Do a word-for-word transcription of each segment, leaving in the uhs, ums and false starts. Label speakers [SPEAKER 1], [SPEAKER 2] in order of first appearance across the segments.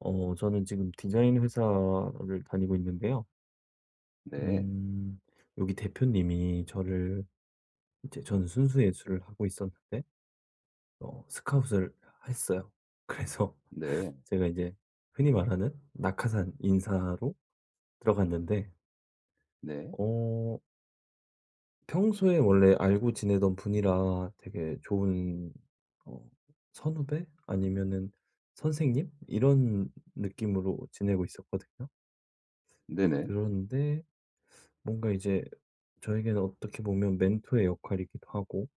[SPEAKER 1] 어, 저는 지금 디자인 회사를 다니고 있는데요.
[SPEAKER 2] 네.
[SPEAKER 1] 음, 여기 대표님이 저를, 이제 저는 순수 예술을 하고 있었는데, 어, 스카웃을 했어요. 그래서
[SPEAKER 2] 네.
[SPEAKER 1] 제가 이제 흔히 말하는 낙하산 인사로 들어갔는데,
[SPEAKER 2] 네.
[SPEAKER 1] 어, 평소에 원래 알고 지내던 분이라 되게 좋은, 어, 선후배? 아니면은 선생님? 이런 느낌으로 지내고 있었거든요.
[SPEAKER 2] 네네.
[SPEAKER 1] 그런데 뭔가 이제 저에게는 어떻게 보면 멘토의 역할이기도 하고,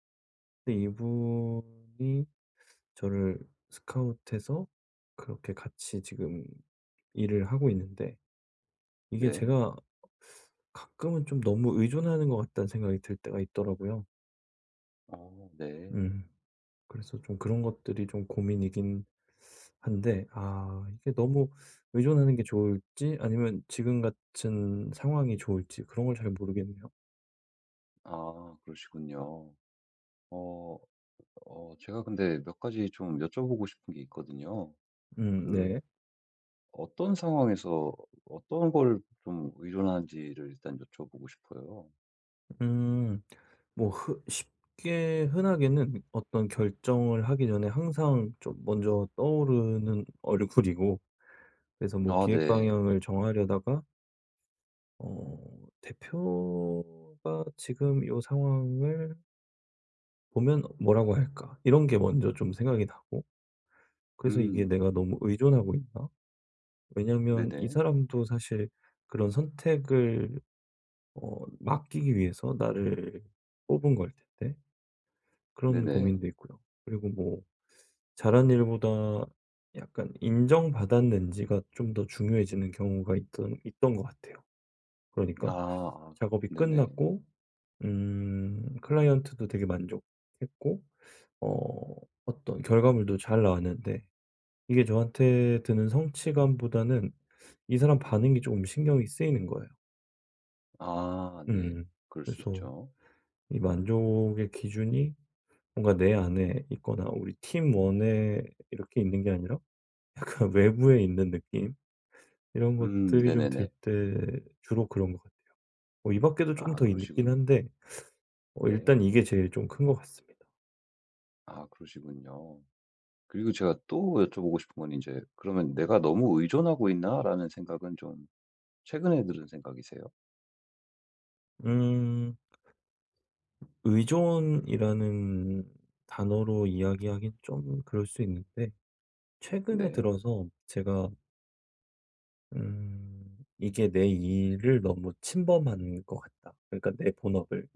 [SPEAKER 1] 근데 이분이 저를 스카우트해서 그렇게 같이 지금 일을 하고 있는데, 이게
[SPEAKER 2] 네.
[SPEAKER 1] 제가 가끔은 좀 너무 의존하는 것 같다는 생각이 들 때가 있더라고요.
[SPEAKER 2] 어 네.
[SPEAKER 1] 음, 그래서 좀 그런 것들이 좀 고민이긴 한데, 아, 이게 너무 의존하는 게 좋을지, 아니면 지금 같은 상황이 좋을지, 그런 걸 잘 모르겠네요.
[SPEAKER 2] 아 그러시군요. 어 어 제가 근데 몇 가지 좀 여쭤보고 싶은 게 있거든요.
[SPEAKER 1] 음,
[SPEAKER 2] 그
[SPEAKER 1] 네.
[SPEAKER 2] 어떤 상황에서 어떤 걸 좀 의존하는지를 일단 여쭤보고 싶어요.
[SPEAKER 1] 음. 뭐 흔 쉽게 흔하게는 어떤 결정을 하기 전에 항상 좀 먼저 떠오르는 얼굴이고, 그래서 뭐
[SPEAKER 2] 아
[SPEAKER 1] 기획
[SPEAKER 2] 네.
[SPEAKER 1] 방향을 정하려다가 어 '대표가 지금 요 상황을 보면 뭐라고 할까?' 이런 게 먼저 좀 생각이 나고, 그래서 이게
[SPEAKER 2] 음.
[SPEAKER 1] '내가 너무 의존하고 있나?' 왜냐면 이
[SPEAKER 2] 네네.
[SPEAKER 1] 사람도 사실 그런 선택을 어 맡기기 위해서 나를 뽑은 걸 텐데, 그런
[SPEAKER 2] 네네.
[SPEAKER 1] 고민도 있고요. 그리고 뭐 잘한 일보다 약간 인정받았는지가 좀 더 중요해지는 경우가 있던 있던 것 같아요.
[SPEAKER 2] 아
[SPEAKER 1] 그러니까
[SPEAKER 2] 아
[SPEAKER 1] 작업이
[SPEAKER 2] 네네.
[SPEAKER 1] 끝났고, 음 클라이언트도 되게 만족했고, 어 어떤 결과물도 잘 나왔는데, 이게 저한테 드는 성취감보다는 이 사람 반응이 조금 신경이 쓰이는 거예요.
[SPEAKER 2] 아 네.
[SPEAKER 1] 음.
[SPEAKER 2] 그럴 수
[SPEAKER 1] 그래서
[SPEAKER 2] 있죠.
[SPEAKER 1] 이 만족의 기준이 뭔가 내 안에 있거나 우리 팀원에 이렇게 있는 게 아니라 약간 외부에 있는 느낌? 이런
[SPEAKER 2] 음
[SPEAKER 1] 것들이 좀 들
[SPEAKER 2] 네네네.
[SPEAKER 1] 때 주로 그런 것 같아요. 어, 이 밖에도 조금
[SPEAKER 2] 아
[SPEAKER 1] 더 있긴
[SPEAKER 2] 그러시군요.
[SPEAKER 1] 한데, 어
[SPEAKER 2] 네.
[SPEAKER 1] 일단 이게 제일 좀 큰 것 같습니다.
[SPEAKER 2] 아 그러시군요. 그리고 제가 또 여쭤보고 싶은 건 이제 그러면 '내가 너무 의존하고 있나?'라는 생각은 좀 최근에 들은 생각이세요?
[SPEAKER 1] 음 의존이라는 단어로 이야기하긴 좀 그럴 수 있는데, 최근에
[SPEAKER 2] 네.
[SPEAKER 1] 들어서 제가 음 '이게 내 일을 너무 침범한 것 같다.' 그러니까 내 본업을.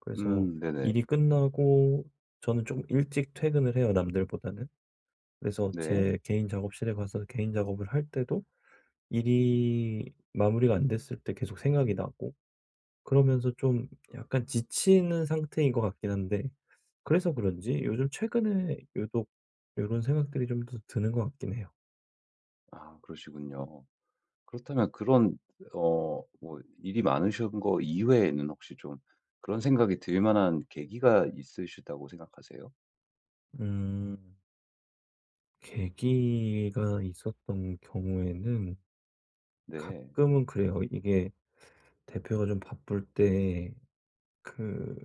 [SPEAKER 1] 그래서
[SPEAKER 2] 음 네네.
[SPEAKER 1] 일이 끝나고 저는 좀 일찍 퇴근을 해요, 남들보다는. 그래서
[SPEAKER 2] 네.
[SPEAKER 1] 제 개인 작업실에 가서 개인 작업을 할 때도 일이 마무리가 안 됐을 때 계속 생각이 나고, 그러면서 좀 약간 지치는 상태인 것 같긴 한데, 그래서 그런지 요즘 최근에 유독 이런 생각들이 좀 더 드는 것 같긴 해요.
[SPEAKER 2] 아 그러시군요. 그렇다면 그런 어 뭐 일이 많으신 거 이외에는 혹시 좀 그런 생각이 들 만한 계기가 있으시다고 생각하세요?
[SPEAKER 1] 음, 계기가 있었던 경우에는
[SPEAKER 2] 네.
[SPEAKER 1] 가끔은 그래요. 이게 대표가 좀 바쁠 때그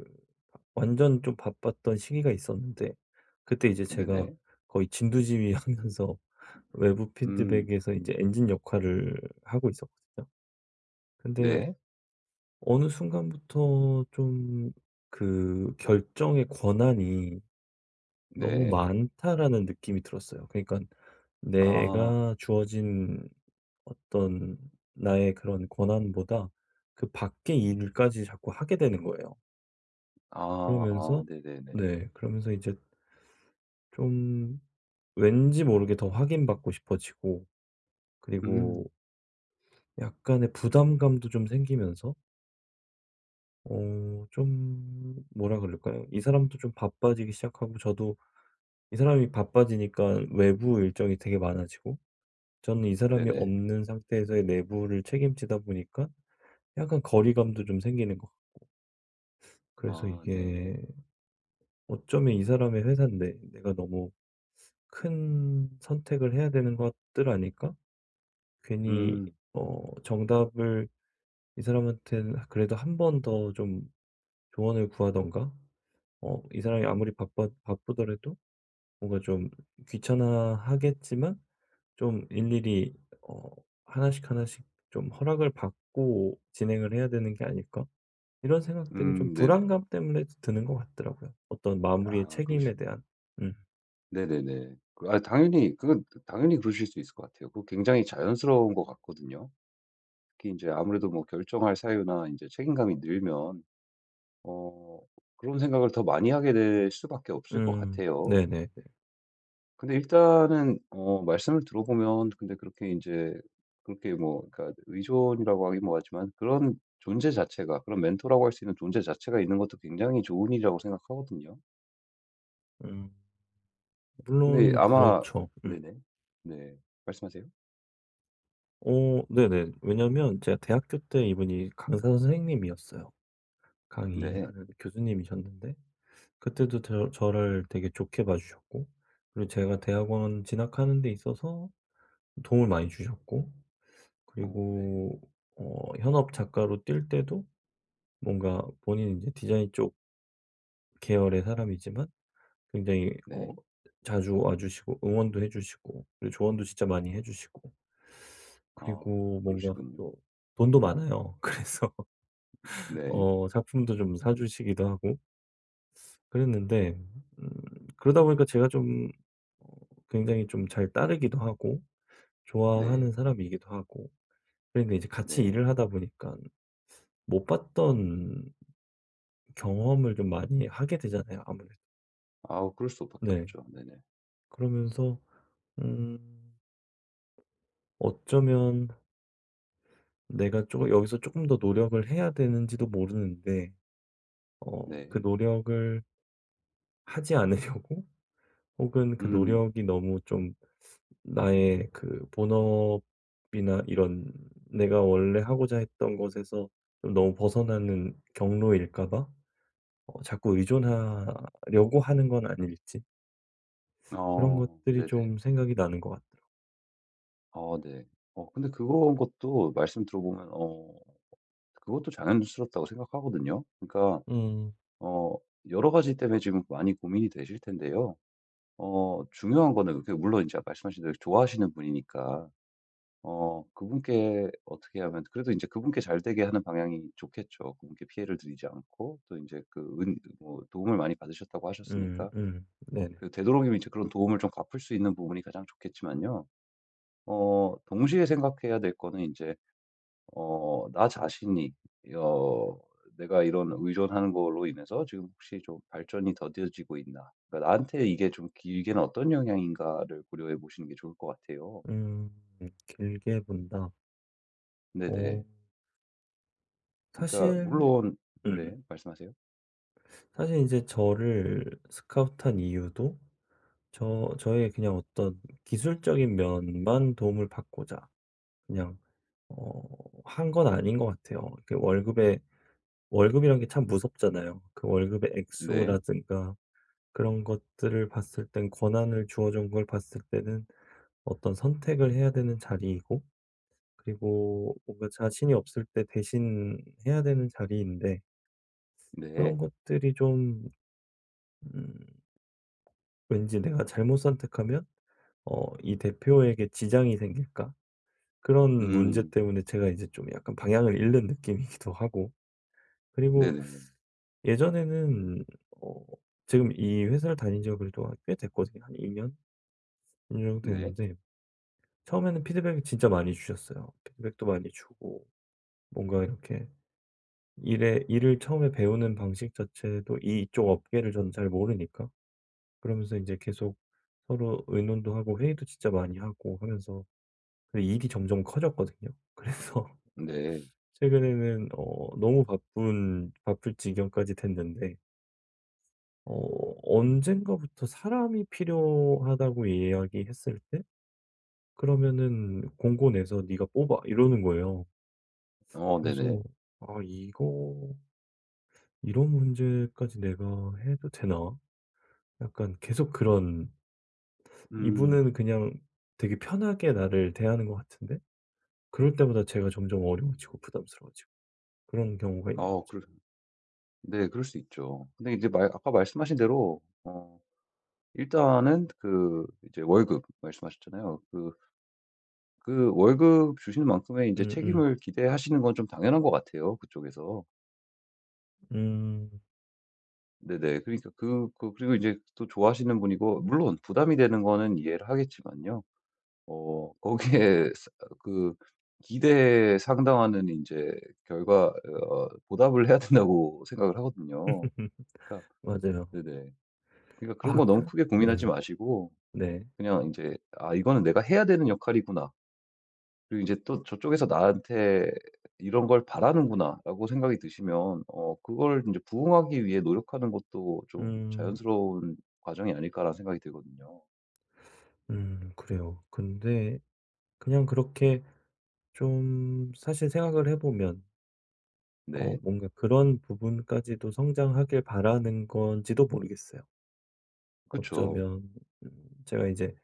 [SPEAKER 1] 완전 좀 바빴던 시기가 있었는데, 그때 이제 제가
[SPEAKER 2] 네네.
[SPEAKER 1] 거의 진두지휘하면서 외부
[SPEAKER 2] 음.
[SPEAKER 1] 피드백에서 이제 엔진 역할을 하고 있었거든요. 근데
[SPEAKER 2] 네.
[SPEAKER 1] 어느 순간부터 좀 그 결정의 권한이 너무
[SPEAKER 2] 네.
[SPEAKER 1] 많다라는 느낌이 들었어요. 그러니까
[SPEAKER 2] 아.
[SPEAKER 1] 내가 주어진 어떤 나의 그런 권한보다 그 밖의 일까지 자꾸 하게 되는 거예요.
[SPEAKER 2] 아 아
[SPEAKER 1] 그러면서.
[SPEAKER 2] 네네네.
[SPEAKER 1] 네. 그러면서 이제 좀 왠지 모르게 더 확인받고 싶어지고, 그리고
[SPEAKER 2] 음.
[SPEAKER 1] 약간의 부담감도 좀 생기면서 어 좀 뭐라 그럴까요? 이 사람도 좀 바빠지기 시작하고, 저도 이 사람이 바빠지니까 외부 일정이 되게 많아지고, 저는 이 사람이
[SPEAKER 2] 네네.
[SPEAKER 1] 없는 상태에서의 내부를 책임지다 보니까 약간 거리감도 좀 생기는 것같요. 그래서
[SPEAKER 2] 아 네.
[SPEAKER 1] 이게 어쩌면 이 사람의 회사인데 내가 너무 큰 선택을 해야 되는 것들 아닐까? 괜히
[SPEAKER 2] 음.
[SPEAKER 1] 어 정답을 이 사람한테는 그래도 한 번 더 좀 조언을 구하던가, 어 이 사람이 아무리 바빠 바쁘더라도 뭔가 좀 귀찮아하겠지만 좀 일일이 어 '하나씩 하나씩 좀 허락을 받고 진행을 해야 되는 게 아닐까?' 이런 생각들이 좀
[SPEAKER 2] 음 네네.
[SPEAKER 1] 불안감 때문에 드는 것 같더라고요. 어떤 마무리의
[SPEAKER 2] 아 그러시
[SPEAKER 1] 책임에 대한. 음.
[SPEAKER 2] 네네네. 그 아 당연히 그건 당연히 그러실 수 있을 것 같아요. 그거 굉장히 자연스러운 것 같거든요. 특히 이제 아무래도 뭐 결정할 사유나 이제 책임감이 늘면 어 그런 생각을 더 많이 하게 될 수밖에 없을 것
[SPEAKER 1] 음.
[SPEAKER 2] 같아요.
[SPEAKER 1] 네네네.
[SPEAKER 2] 근데 일단은 어 말씀을 들어보면 근데 그렇게 이제 그렇게 뭐 그러니까 의존이라고 하긴 뭐하지만 그런 존재 자체가 그런 멘토라고 할 수 있는 존재 자체가 있는 것도 굉장히 좋은 일이라고 생각하거든요.
[SPEAKER 1] 음.
[SPEAKER 2] 근데
[SPEAKER 1] 물론
[SPEAKER 2] 아마
[SPEAKER 1] 그렇죠. 음.
[SPEAKER 2] 네네. 네. 말씀하세요.
[SPEAKER 1] 어 네네. 왜냐면 제가 대학교 때 이분이 강사 선생님이었어요.
[SPEAKER 2] 네.
[SPEAKER 1] 강의하는 교수님이셨는데, 그때도 저 저를 되게 좋게 봐 주셨고, 그리고 제가 대학원 진학하는 데 있어서 도움을 많이 주셨고,
[SPEAKER 2] 어 네.
[SPEAKER 1] 그리고 어 현업 작가로 뛸 때도 뭔가 본인 이제 디자인 쪽 계열의 사람이지만 굉장히, 어
[SPEAKER 2] 네.
[SPEAKER 1] 자주 와 주시고 응원도 해 주시고, 그리고 조언도 진짜
[SPEAKER 2] 어.
[SPEAKER 1] 많이 해 주시고,
[SPEAKER 2] 아
[SPEAKER 1] 그리고 뭔가
[SPEAKER 2] 그러시군요.
[SPEAKER 1] 또 돈도 많아요. 그래서
[SPEAKER 2] 네.
[SPEAKER 1] 어 작품도 좀 사 주시기도 하고 그랬는데, 음 그러다 보니까 제가 좀, 어 굉장히 좀 잘 따르기도 하고 좋아하는
[SPEAKER 2] 네.
[SPEAKER 1] 사람이기도 하고. 그런데 이제 같이
[SPEAKER 2] 네.
[SPEAKER 1] 일을 하다 보니까 못 봤던 경험을 좀 많이 하게 되잖아요, 아무래도.
[SPEAKER 2] 아우 그럴 수밖에
[SPEAKER 1] 네.
[SPEAKER 2] 없죠. 네네.
[SPEAKER 1] 그러면서 음 어쩌면 내가 조금 여기서 조금 더 노력을 해야 되는지도 모르는데, 어 그
[SPEAKER 2] 네.
[SPEAKER 1] 노력을 하지 않으려고 혹은 그
[SPEAKER 2] 음.
[SPEAKER 1] 노력이 너무 좀 나의 그 본업이나 이런 내가 원래 하고자 했던 것에서 좀 너무 벗어나는 경로일까 봐 어 자꾸 의존하려고 하는 건 아닐지, 그런
[SPEAKER 2] 어
[SPEAKER 1] 것들이
[SPEAKER 2] 네네.
[SPEAKER 1] 좀 생각이 나는 것 같아요.
[SPEAKER 2] 어 네. 어 근데 그런 것도 말씀 들어보면 어 그것도 자연스럽다고 생각하거든요. 그러니까
[SPEAKER 1] 음.
[SPEAKER 2] 어 여러 가지 때문에 지금 많이 고민이 되실 텐데요. 어 중요한 거는 그 물론 이제 말씀하신 대로 좋아하시는 분이니까 어 그분께 어떻게 하면 그래도 이제 그분께 잘 되게 하는 방향이 좋겠죠. 그분께 피해를 드리지 않고 또 이제 그 은 뭐 도움을 많이 받으셨다고
[SPEAKER 1] 음,
[SPEAKER 2] 하셨으니까
[SPEAKER 1] 음. 네네.
[SPEAKER 2] 그 되도록이면 이제 그런 도움을 좀 갚을 수 있는 부분이 가장 좋겠지만요. 어 동시에 생각해야 될 거는 이제 어 나 자신이 어 '내가 이런 의존하는 걸로 인해서 지금 혹시 좀 발전이 더뎌지고 있나? 그러니까 나한테 이게 좀 길게는 어떤 영향인가.'를 고려해 보시는 게 좋을 것 같아요.
[SPEAKER 1] 음. 길게 본다. 어
[SPEAKER 2] 네네. 그러니까
[SPEAKER 1] 사실
[SPEAKER 2] 물론 네.
[SPEAKER 1] 음
[SPEAKER 2] 말씀하세요.
[SPEAKER 1] 사실 이제 저를 스카우트한 이유도, 저 저의 그냥 어떤 기술적인 면만 도움을 받고자 그냥 어 한 건 아닌 것 같아요. 그 월급에 월급이란 게 참 무섭잖아요. 그 월급의
[SPEAKER 2] 네.
[SPEAKER 1] 액수라든가 그런 것들을 봤을 땐, 권한을 주어 준 걸 봤을 때는 어떤 선택을 해야 되는 자리이고, 그리고 뭔가 자신이 없을 때 대신 해야 되는 자리인데, 그런
[SPEAKER 2] 네.
[SPEAKER 1] 것들이 좀, 음 왠지 '내가 잘못 선택하면 어 이 대표에게 지장이 생길까?' 그런 문제
[SPEAKER 2] 음.
[SPEAKER 1] 때문에 제가 이제 좀 약간 방향을 잃는 느낌이기도 하고, 그리고
[SPEAKER 2] 네네.
[SPEAKER 1] 예전에는 어 지금 이 회사를 다닌 지가 그래도 꽤 됐거든요. 한이 년? 정도
[SPEAKER 2] 네.
[SPEAKER 1] 됐는데, 처음에는 피드백을 진짜 많이 주셨어요. 피드백도 많이 주고 뭔가 이렇게 일에 일을 처음에 배우는 방식 자체도 이- 이쪽 업계를 저는 잘 모르니까, 그러면서 이제 계속 서로 의논도 하고 회의도 진짜 많이 하고 하면서. 근데 일이 점점 커졌거든요. 그래서
[SPEAKER 2] 네.
[SPEAKER 1] 최근에는 어 너무 바쁜 바쁠 지경까지 됐는데, 어 언젠가부터 사람이 필요하다고 이야기했을 때 그러면은 "공고 내서 네가 뽑아." 이러는 거예요.
[SPEAKER 2] 어 네네.
[SPEAKER 1] 그래서 '아 이거 이런 문제까지 내가 해도 되나?' 약간 계속 그런,
[SPEAKER 2] 음.
[SPEAKER 1] 이분은 그냥 되게 편하게 나를 대하는 것 같은데 그럴 때마다 제가 점점 어려워지고 부담스러워지고, 그런 경우가 있는
[SPEAKER 2] 어 그
[SPEAKER 1] 거죠.
[SPEAKER 2] 네, 그럴 수 있죠. 근데 이제 말 아까 말씀하신 대로 어 일단은 그 이제 월급 말씀하셨잖아요. 그 그 월급 주시는 만큼의 인제
[SPEAKER 1] 음음.
[SPEAKER 2] 책임을 기대하시는 건 좀 당연한 것 같아요, 그쪽에서.
[SPEAKER 1] 음. 음.
[SPEAKER 2] 네네. 그러니까 그 그 그리고 이제 또 좋아하시는 분이고 물론 부담이 되는 거는 이해를 하겠지만요. 어 거기에 사 그 기대에 상당하는 이제 결과 어 보답을 해야 된다고 생각을 하거든요. 그러니까
[SPEAKER 1] 맞아요.
[SPEAKER 2] 네네. 그러니까 그런
[SPEAKER 1] 아
[SPEAKER 2] 거 너무
[SPEAKER 1] 그
[SPEAKER 2] 크게 고민하지
[SPEAKER 1] 네.
[SPEAKER 2] 마시고
[SPEAKER 1] 네.
[SPEAKER 2] 그냥 이제 '아 이거는 내가 해야 되는 역할이구나. 그리고 이제 또 저쪽에서 나한테 이런 걸 바라는구나.'라고 생각이 드시면 어 그걸 이제 부응하기 위해 노력하는 것도 좀
[SPEAKER 1] 음.
[SPEAKER 2] 자연스러운 과정이 아닐까라는 생각이 들거든요.
[SPEAKER 1] 음 그래요. 근데 그냥 그렇게 좀 사실 생각을 해 보면, 어
[SPEAKER 2] 네.
[SPEAKER 1] 뭔가 그런 부분까지도 성장하길 바라는 건지도 모르겠어요.
[SPEAKER 2] 그쵸.
[SPEAKER 1] 어쩌면 음 제가 이제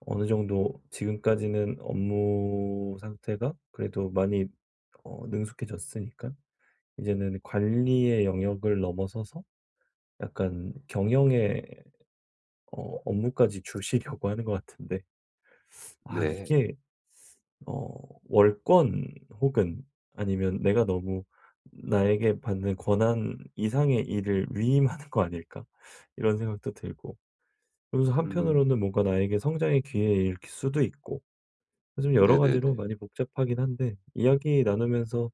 [SPEAKER 1] 어느 정도 지금까지는 업무 상태가 그래도 많이, 어 능숙해졌으니까 이제는 관리의 영역을 넘어서서 약간 경영의 어 업무까지 주시려고 하는 것 같은데, 아
[SPEAKER 2] 네.
[SPEAKER 1] 이게 어 월권, 혹은 아니면 내가 너무 나에게 받는 권한 이상의 일을 위임하는 거 아닐까? 이런 생각도 들고, 그러면서
[SPEAKER 2] 음.
[SPEAKER 1] 한편으로는 뭔가 나에게 성장의 기회일 수도 있고, 좀 여러 가지로
[SPEAKER 2] 네네네.
[SPEAKER 1] 많이 복잡하긴 한데 이야기 나누면서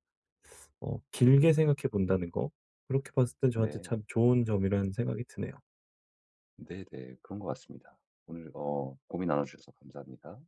[SPEAKER 1] 어 길게 생각해 본다는 거, 그렇게 봤을 땐 저한테 참
[SPEAKER 2] 네.
[SPEAKER 1] 좋은 점이라는 생각이 드네요.
[SPEAKER 2] 네네. 그런 것 같습니다. 오늘 어 고민 나눠 주셔서 감사합니다.